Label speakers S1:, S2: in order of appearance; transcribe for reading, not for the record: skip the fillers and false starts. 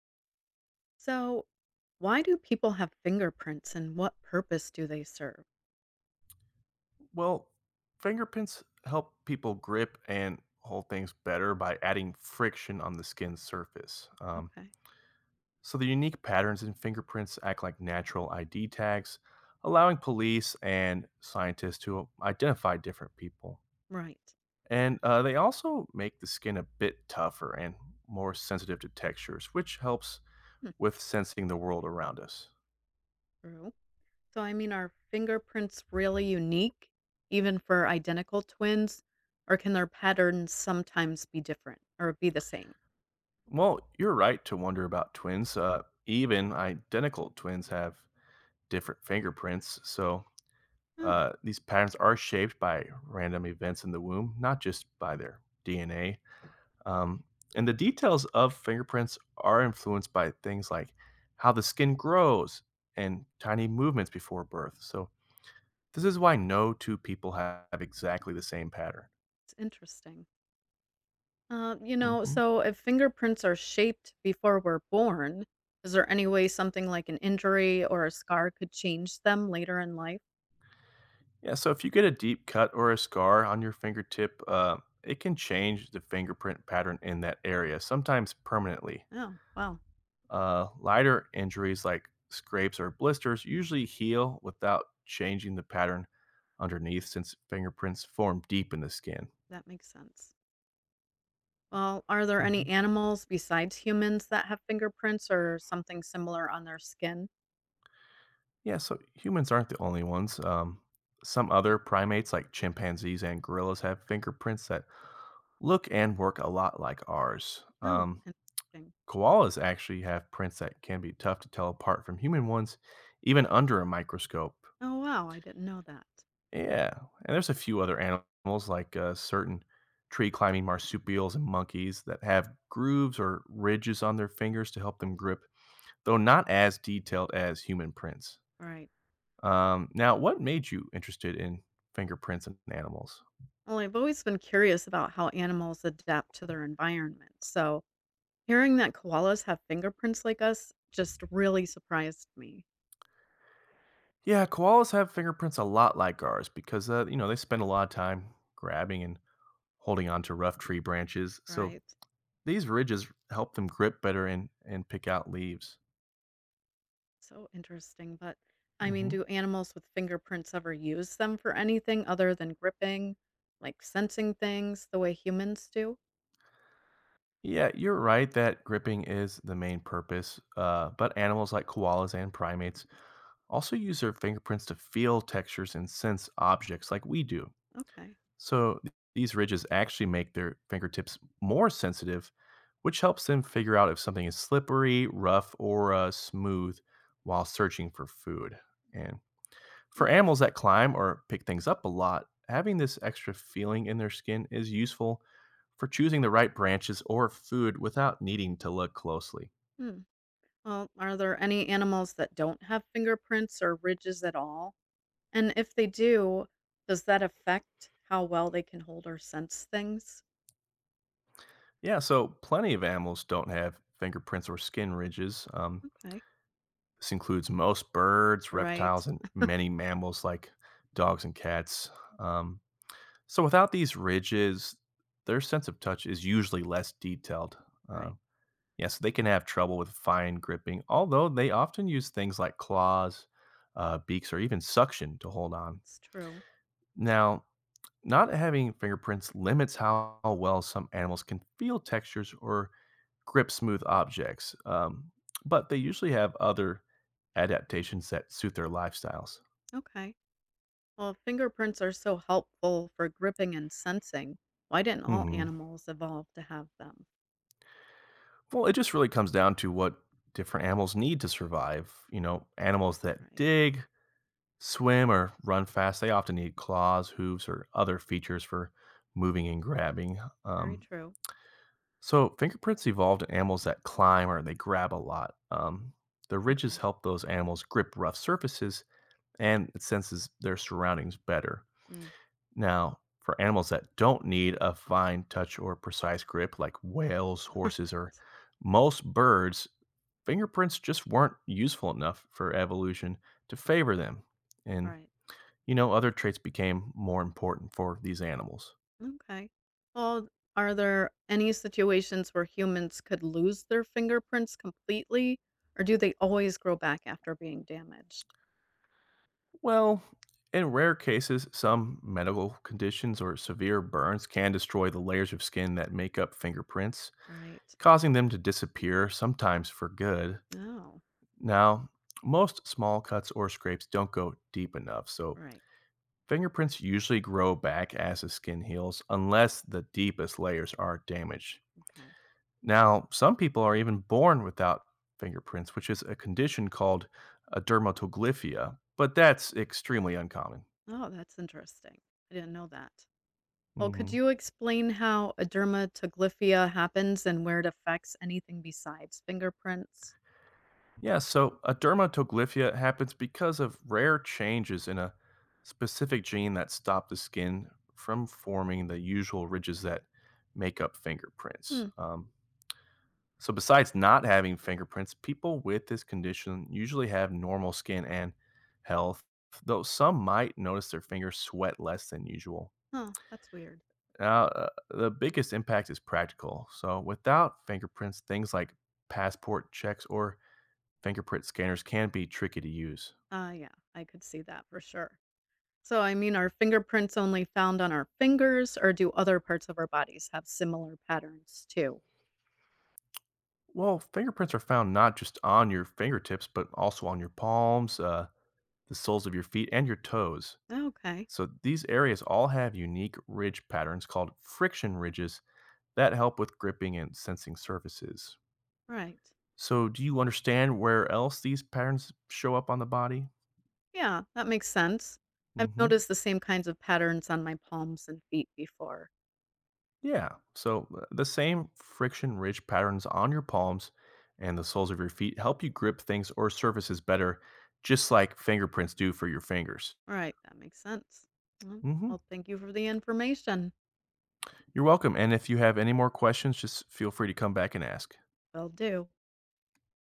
S1: So, why do people have fingerprints and what purpose do they serve?
S2: Well, fingerprints help people grip and hold things better by adding friction on the skin's surface. Um,
S1: Okay,
S2: so the unique patterns in fingerprints act like natural ID tags, allowing police and scientists to identify different people.
S1: right.
S2: And they also make the skin a bit tougher and more sensitive to textures, which helps
S1: Hmm.
S2: with sensing the world around us.
S1: True. So, are fingerprints really unique, even for identical twins, or can their patterns sometimes be different or be the same?
S2: Well, you're right to wonder about twins. Even identical twins have different fingerprints. So
S1: Oh,
S2: uh, these patterns are shaped by random events in the womb, not just by their DNA. Um, and the details of fingerprints are influenced by things like how the skin grows and tiny movements before birth. So this is why no two people have exactly the same pattern.
S1: it's interesting. Uh, you know,
S2: hmm
S1: so if fingerprints are shaped before we're born, is there any way something like an injury or a scar could change them later in life?
S2: Yeah. So if you get a deep cut or a scar on your fingertip, it can change the fingerprint pattern in that area, sometimes permanently.
S1: Oh, wow,
S2: Lighter injuries like scrapes or blisters usually heal without changing the pattern underneath since fingerprints form deep in the skin.
S1: that makes sense. Well, are there any
S2: Mhm.
S1: animals besides humans that have fingerprints or something similar on their skin?
S2: Yeah, so humans aren't the only ones. Some other primates, like chimpanzees and gorillas, have fingerprints that look and work a lot like ours.
S1: Oh, interesting.
S2: Koalas actually have prints that can be tough to tell apart from human ones, even under a microscope.
S1: Oh, wow, I didn't know that.
S2: Yeah, and there's a few other animals like certain tree climbing marsupials and monkeys that have grooves or ridges on their fingers to help them grip, though not as detailed as human prints.
S1: All right.
S2: Now, what made you interested in fingerprints and animals?
S1: Well, I've always been curious about how animals adapt to their environment. So, hearing that koalas have fingerprints like us just really surprised me.
S2: Yeah, koalas have fingerprints a lot like ours because you know they spend a lot of time grabbing and holding on to rough tree branches, so
S1: Right.
S2: these ridges help them grip better and pick out leaves.
S1: So interesting. But
S2: hmm
S1: do animals with fingerprints ever use them for anything other than gripping, like sensing things the way humans do?
S2: Yeah, you're right that gripping is the main purpose, but animals like koalas and primates also use their fingerprints to feel textures and sense objects like we do.
S1: Okay.
S2: So these ridges actually make their fingertips more sensitive, which helps them figure out if something is slippery, rough, or smooth while searching for food. And for animals
S1: Interesting.
S2: that climb or pick things up a lot, having this extra feeling in their skin is useful for choosing the right branches or food without needing to look closely.
S1: Hmm. Well, are there any animals that don't have fingerprints or ridges at all? And if they do, does that affect how well they can hold or sense things?
S2: Yeah, so plenty of animals don't have fingerprints or skin ridges.
S1: Okay.
S2: This includes most birds,
S1: Right.
S2: reptiles, and many mammals like dogs and cats. Um, so without these ridges, their sense of touch is usually less detailed. Uh,
S1: Right.
S2: Yes, they can have trouble with fine gripping, although they often use things like claws, beaks, or even suction to hold on.
S1: That's true.
S2: Now, not having fingerprints limits how well some animals can feel textures or grip smooth objects, but they usually have other adaptations that suit their lifestyles.
S1: Okay. Well, if fingerprints are so helpful for gripping and sensing, why didn't all
S2: hmm
S1: animals evolve to have them?
S2: Well, it just really comes down to what different animals need to survive. You know, animals that
S1: Right.
S2: dig, swim or run fast, they often need claws, hooves, or other features for moving and grabbing.
S1: Very
S2: Um,
S1: true.
S2: so, fingerprints evolved in animals that climb or they grab a lot. The ridges
S1: Okay.
S2: help those animals grip rough surfaces and it senses their surroundings better.
S1: Mm.
S2: Now, for animals that don't need a fine touch or precise grip, like whales, horses, or most birds, fingerprints just weren't useful enough for evolution to favor them. And
S1: Right.
S2: you know, other traits became more important for these animals.
S1: Okay. Well, are there any situations where humans could lose their fingerprints completely, or do they always grow back after being damaged?
S2: Well, in rare cases, some medical conditions or severe burns can destroy the layers of skin that make up fingerprints,
S1: Right.
S2: causing them to disappear, sometimes for good.
S1: Oh,
S2: Now, most small cuts or scrapes don't go deep enough, so
S1: right.
S2: fingerprints usually grow back as the skin heals, unless the deepest layers are damaged.
S1: Okay.
S2: Now, some people are even born without fingerprints, which is a condition called a dermatoglyphia, but that's extremely uncommon.
S1: Oh, that's interesting. I didn't know that. Well, could
S2: hmm
S1: you explain how a dermatoglyphia happens and where it affects anything besides fingerprints?
S2: Yeah, so a dermatoglyphia happens because of rare changes in a specific gene that stop the skin from forming the usual ridges that make up fingerprints.
S1: Hmm.
S2: So, besides not having fingerprints, people with this condition usually have normal skin and health, though some might notice their fingers sweat less than usual.
S1: Huh. That's weird.
S2: Now, the biggest impact is practical. So, without fingerprints, things like passport checks or fingerprint scanners can be tricky to use.
S1: Yeah, I could see that for sure. So, are fingerprints only found on our fingers, or do other parts of our bodies have similar patterns too?
S2: Well, fingerprints are found not just on your fingertips, but also on your palms, the soles of your feet, and your toes.
S1: Okay,
S2: So, these areas all have unique ridge patterns called friction ridges that help with gripping and sensing surfaces.
S1: right.
S2: So, do you understand where else these patterns show up on the body?
S1: Yeah, that makes sense. I've
S2: hmm
S1: noticed the same kinds of patterns on my palms and feet before.
S2: Yeah. So, the same friction rich patterns on your palms and the soles of your feet help you grip things or surfaces better, just like fingerprints do for your fingers.
S1: All right, that makes sense. Well,
S2: hmm
S1: I'll thank you for the information.
S2: You're welcome. And if you have any more questions, just feel free to come back and ask.
S1: Will do.